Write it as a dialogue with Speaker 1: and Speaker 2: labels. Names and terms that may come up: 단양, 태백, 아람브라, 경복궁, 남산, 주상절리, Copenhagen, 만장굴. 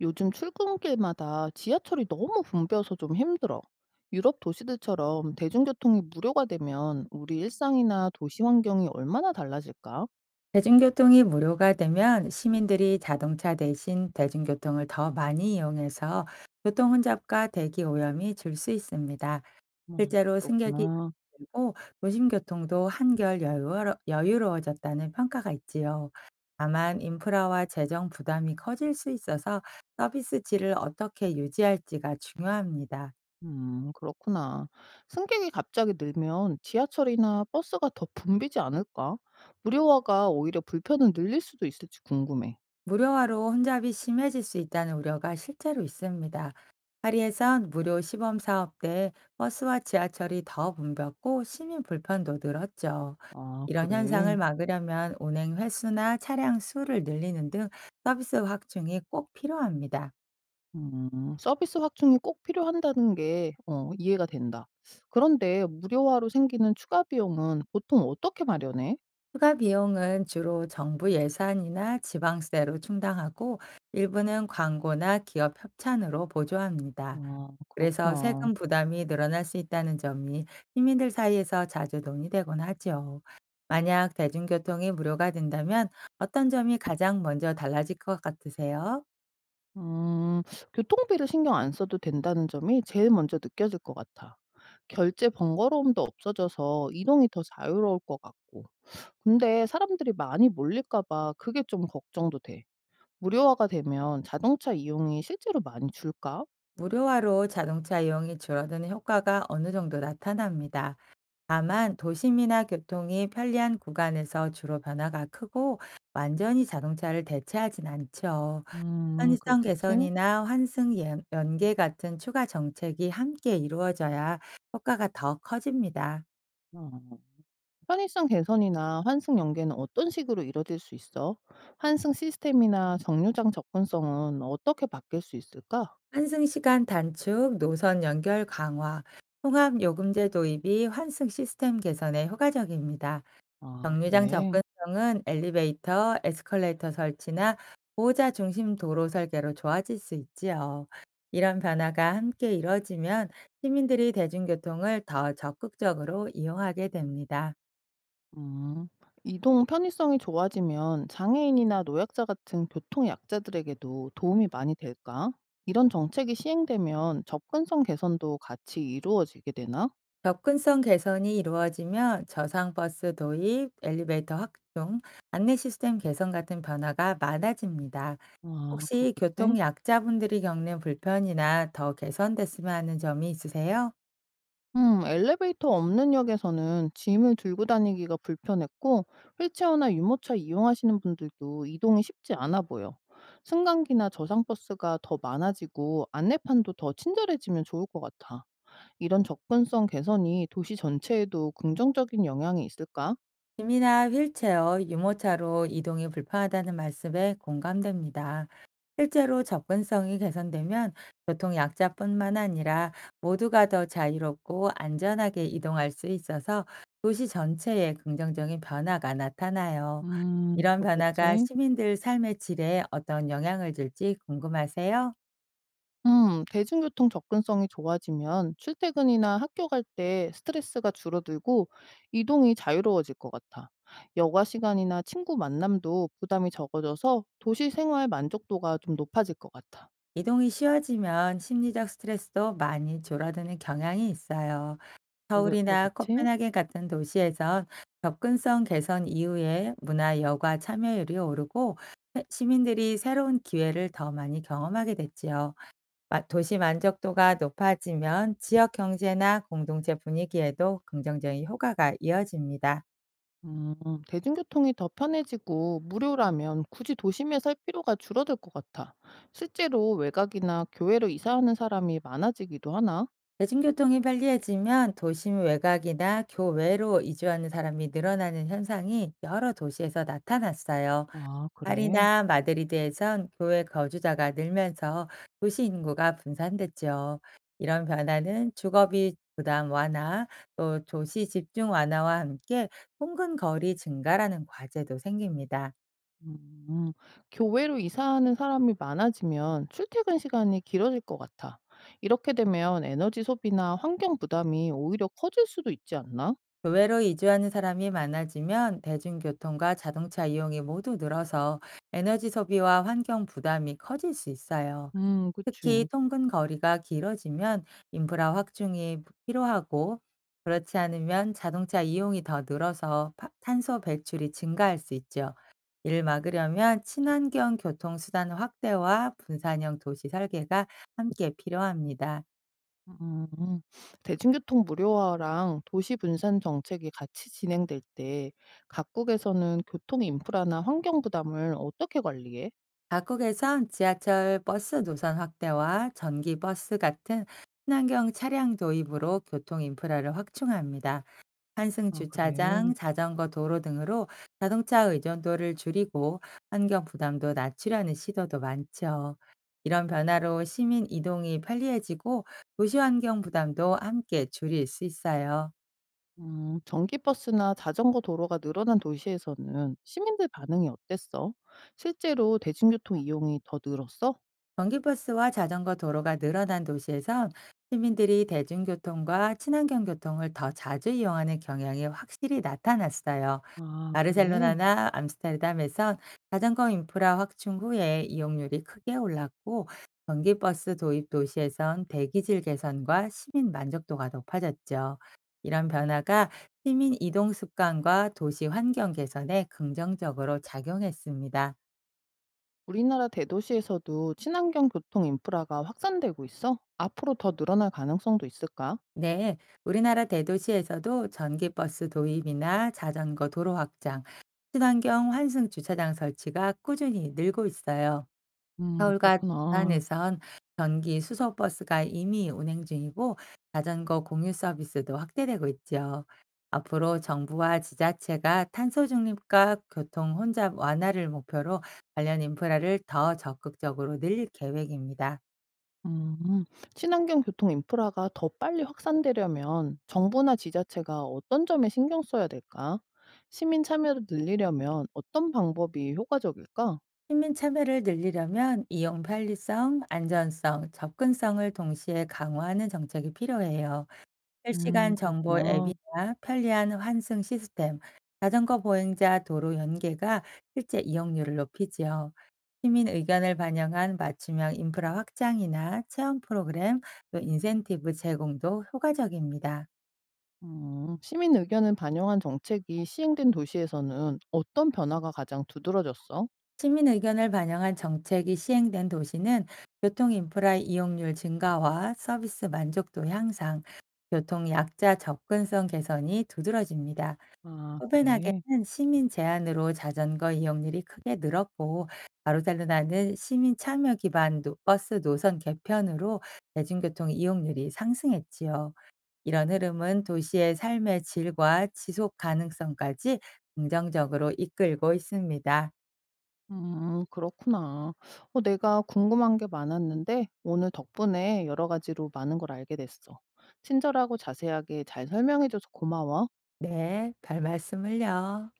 Speaker 1: 요즘 출근길마다 지하철이 너무 붐벼서 좀 힘들어. 유럽 도시들처럼 대중교통이 무료가 되면 우리 일상이나 도시 환경이 얼마나 달라질까?
Speaker 2: 대중교통이 무료가 되면 시민들이 자동차 대신 대중교통을 더 많이 이용해서 교통 혼잡과 대기 오염이 줄 수 있습니다.
Speaker 1: 음,
Speaker 2: 실제로 승객이
Speaker 1: 그렇구나.
Speaker 2: 늘고 도심 교통도 한결 여유로워졌다는 평가가 있지요. 다만 인프라와 재정 부담이 커질 수 있어서 서비스 질을 어떻게 유지할지가 중요합니다.
Speaker 1: 그렇구나. 승객이 갑자기 늘면 지하철이나 버스가 더 붐비지 않을까? 무료화가 오히려 불편을 늘릴 수도 있을지 궁금해.
Speaker 2: 무료화로 혼잡이 심해질 수 있다는 우려가 실제로 있습니다. 파리에선 무료 시범 사업 때 버스와 지하철이 더 붐볐고 시민 불편도 늘었죠.
Speaker 1: 아,
Speaker 2: 이런 현상을
Speaker 1: 그래.
Speaker 2: 막으려면 운행 횟수나 차량 수를 늘리는 등 서비스 확충이 꼭 필요합니다.
Speaker 1: 음. 서비스 확충이 꼭 필요한다는 게 이해가 된다. 그런데 무료화로 생기는 추가 비용은 보통 어떻게 마련해?
Speaker 2: 추가 비용은 주로 정부 예산이나 지방세로 충당하고 일부는 광고나 기업 협찬으로 보조합니다.
Speaker 1: 아,
Speaker 2: 그래서
Speaker 1: 그렇구나.
Speaker 2: 세금 부담이 늘어날 수 있다는 점이 시민들 사이에서 자주 논의되곤 하죠. 만약 대중교통이 무료가 된다면 어떤 점이 가장 먼저 달라질 것 같으세요?
Speaker 1: 음. 교통비를 신경 안 써도 된다는 점이 제일 먼저 느껴질 것 같아. 결제 번거로움도 없어져서 이동이 더 자유로울 것 같고. 근데 사람들이 많이 몰릴까 봐 그게 좀 걱정도 돼. 무료화가 되면 자동차 이용이 실제로 많이 줄까?
Speaker 2: 무료화로 자동차 이용이 줄어드는 효과가 어느 정도 나타납니다. 다만 도심이나 교통이 편리한 구간에서 주로 변화가 크고 완전히 자동차를 대체하진 않죠.
Speaker 1: 음,
Speaker 2: 편의성
Speaker 1: 그렇겠지?
Speaker 2: 개선이나 환승 연 연계 같은 추가 정책이 함께 이루어져야 효과가 더 커집니다.
Speaker 1: 어. 편의성 개선이나 환승 연계는 어떤 식으로 이뤄질 수 있어? 환승 시스템이나 정류장 접근성은 어떻게 바뀔 수 있을까?
Speaker 2: 환승 시간 단축, 노선 연결 강화, 통합 요금제 도입이 환승 시스템 개선에 효과적입니다.
Speaker 1: 아,
Speaker 2: 정류장
Speaker 1: 그래.
Speaker 2: 접근성은 엘리베이터, 에스컬레이터 설치나 보호자 중심 도로 설계로 좋아질 수 있지요. 이런 변화가 함께 이뤄지면 시민들이 대중교통을 더 적극적으로 이용하게 됩니다.
Speaker 1: 음. 이동 편의성이 좋아지면 장애인이나 노약자 같은 교통 약자들에게도 도움이 많이 될까? 이런 정책이 시행되면 접근성 개선도 같이 이루어지게 되나?
Speaker 2: 접근성 개선이 이루어지면 저상 버스 도입, 엘리베이터 확충, 안내 시스템 개선 같은 변화가 많아집니다.
Speaker 1: 아,
Speaker 2: 혹시
Speaker 1: 그렇겠지.
Speaker 2: 교통 약자분들이 겪는 불편이나 더 개선됐으면 하는 점이 있으세요?
Speaker 1: 엘리베이터 없는 역에서는 짐을 들고 다니기가 불편했고, 휠체어나 유모차 이용하시는 분들도 이동이 쉽지 않아 보여. 승강기나 저상버스가 더 많아지고, 안내판도 더 친절해지면 좋을 것 같아. 이런 접근성 개선이 도시 전체에도 긍정적인 영향이 있을까?
Speaker 2: 짐이나 휠체어, 유모차로 이동이 불편하다는 말씀에 공감됩니다. 실제로 접근성이 개선되면 교통 약자뿐만 아니라 모두가 더 자유롭고 안전하게 이동할 수 있어서 도시 전체에 긍정적인 변화가 나타나요. 이런 변화가
Speaker 1: 그렇겠지.
Speaker 2: 시민들 삶의 질에 어떤 영향을 줄지 궁금하세요?
Speaker 1: 대중교통 접근성이 좋아지면 출퇴근이나 학교 갈 때 스트레스가 줄어들고 이동이 자유로워질 것 같아. 여가 시간이나 친구 만남도 부담이 적어져서 도시 생활 만족도가 좀 높아질 것 같아.
Speaker 2: 이동이 쉬워지면 심리적 스트레스도 많이 줄어드는 경향이 있어요.
Speaker 1: 그-
Speaker 2: 서울이나
Speaker 1: 그렇겠지?
Speaker 2: 코펜하겐 같은 도시에선 접근성 개선 이후에 문화 여가 참여율이 오르고 시민들이 새로운 기회를 더 많이 경험하게 됐지요. 도시 만족도가 높아지면 지역 경제나 공동체 분위기에도 긍정적인 효과가 이어집니다.
Speaker 1: 음, 대중교통이 더 편해지고 무료라면 굳이 도심에 살 필요가 줄어들 것 같아. 실제로 외곽이나 교외로 이사하는 사람이 많아지기도 하나?
Speaker 2: 대중교통이 편리해지면 도심 외곽이나 교외로 이주하는 사람이 늘어나는 현상이 여러 도시에서 나타났어요.
Speaker 1: 아, 그래.
Speaker 2: 파리나 마드리드에선 교회 거주자가 늘면서 도시 인구가 분산됐죠. 이런 변화는 주거비 부담 완화, 또 도시 집중 완화와 함께 통근 거리 증가라는 과제도 생깁니다.
Speaker 1: 음. 교외로 이사하는 사람이 많아지면 출퇴근 시간이 길어질 것 같아. 이렇게 되면 에너지 소비나 환경 부담이 오히려 커질 수도 있지 않나?
Speaker 2: 교외로 이주하는 사람이 많아지면 대중교통과 자동차 이용이 모두 늘어서 에너지 소비와 환경 부담이 커질 수 있어요. 특히
Speaker 1: 그치.
Speaker 2: 통근 거리가 길어지면 인프라 확충이 필요하고 그렇지 않으면 자동차 이용이 더 늘어서 탄소 배출이 증가할 수 있죠. 이를 막으려면 친환경 교통수단 확대와 분산형 도시 설계가 함께 필요합니다.
Speaker 1: 음. 대중교통 무료화랑 도시 분산 정책이 같이 진행될 때 각국에서는 교통 인프라나 환경 부담을 어떻게 관리해?
Speaker 2: 각국에선 지하철 버스 노선 확대와 전기 버스 같은 친환경 차량 도입으로 교통 인프라를 확충합니다. 환승
Speaker 1: 아, 그래.
Speaker 2: 주차장, 자전거 도로 등으로 자동차 의존도를 줄이고 환경 부담도 낮추려는 시도도 많죠. 이런 변화로 시민 이동이 편리해지고 도시 환경 부담도 함께 줄일 수 있어요.
Speaker 1: 전기버스나 자전거 도로가 늘어난 도시에서는 시민들 반응이 어땠어? 실제로 대중교통 이용이 더 늘었어?
Speaker 2: 전기버스와 자전거 도로가 늘어난 도시에선 시민들이 대중교통과 친환경 교통을 더 자주 이용하는 경향이 확실히 나타났어요.
Speaker 1: 아, 그래.
Speaker 2: 바르셀로나나 암스테르담에선 자전거 인프라 확충 후에 이용률이 크게 올랐고 전기버스 도입 도시에선 대기질 개선과 시민 만족도가 높아졌죠. 이런 변화가 시민 이동 습관과 도시 환경 개선에 긍정적으로 작용했습니다.
Speaker 1: 우리나라 대도시에서도 친환경 교통 인프라가 확산되고 있어? 앞으로 더 늘어날 가능성도 있을까?
Speaker 2: 네, 우리나라 대도시에서도 전기버스 도입이나 자전거 도로 확장, 친환경 환승 주차장 설치가 꾸준히 늘고 있어요. 서울과
Speaker 1: 그렇구나.
Speaker 2: 부산에선 전기 수소 버스가 이미 운행 중이고 자전거 공유 서비스도 확대되고 있죠. 앞으로 정부와 지자체가 탄소 중립과 교통 혼잡 완화를 목표로 관련 인프라를 더 적극적으로 늘릴 계획입니다.
Speaker 1: 음, 친환경 교통 인프라가 더 빨리 확산되려면 정부나 지자체가 어떤 점에 신경 써야 될까? 시민 참여를 늘리려면 어떤 방법이 효과적일까?
Speaker 2: 시민 참여를 늘리려면 이용 편리성, 안전성, 접근성을 동시에 강화하는 정책이 필요해요. 실시간 정보
Speaker 1: 그렇구나.
Speaker 2: 앱이나 편리한 환승 시스템, 자전거 보행자 도로 연계가 실제 이용률을 높이지요. 시민 의견을 반영한 맞춤형 인프라 확장이나 체험 프로그램, 또 인센티브 제공도 효과적입니다.
Speaker 1: 시민 의견을 반영한 정책이 시행된 도시에서는 어떤 변화가 가장 두드러졌어?
Speaker 2: 시민 의견을 반영한 정책이 시행된 도시는 교통 인프라 이용률 증가와 서비스 만족도 향상, 교통 약자 접근성 개선이 두드러집니다.
Speaker 1: 아, 그래.
Speaker 2: 코펜하겐은 시민 제한으로 자전거 이용률이 크게 늘었고, 바르셀로나는 시민 참여 기반 버스 노선 개편으로 대중교통 이용률이 상승했지요. 이런 흐름은 도시의 삶의 질과 지속 가능성까지 긍정적으로 이끌고 있습니다.
Speaker 1: 그렇구나. 어, 내가 궁금한 게 많았는데 오늘 덕분에 여러 가지로 많은 걸 알게 됐어. 친절하고 자세하게 잘 설명해줘서 고마워.
Speaker 2: 네, 별 말씀을요.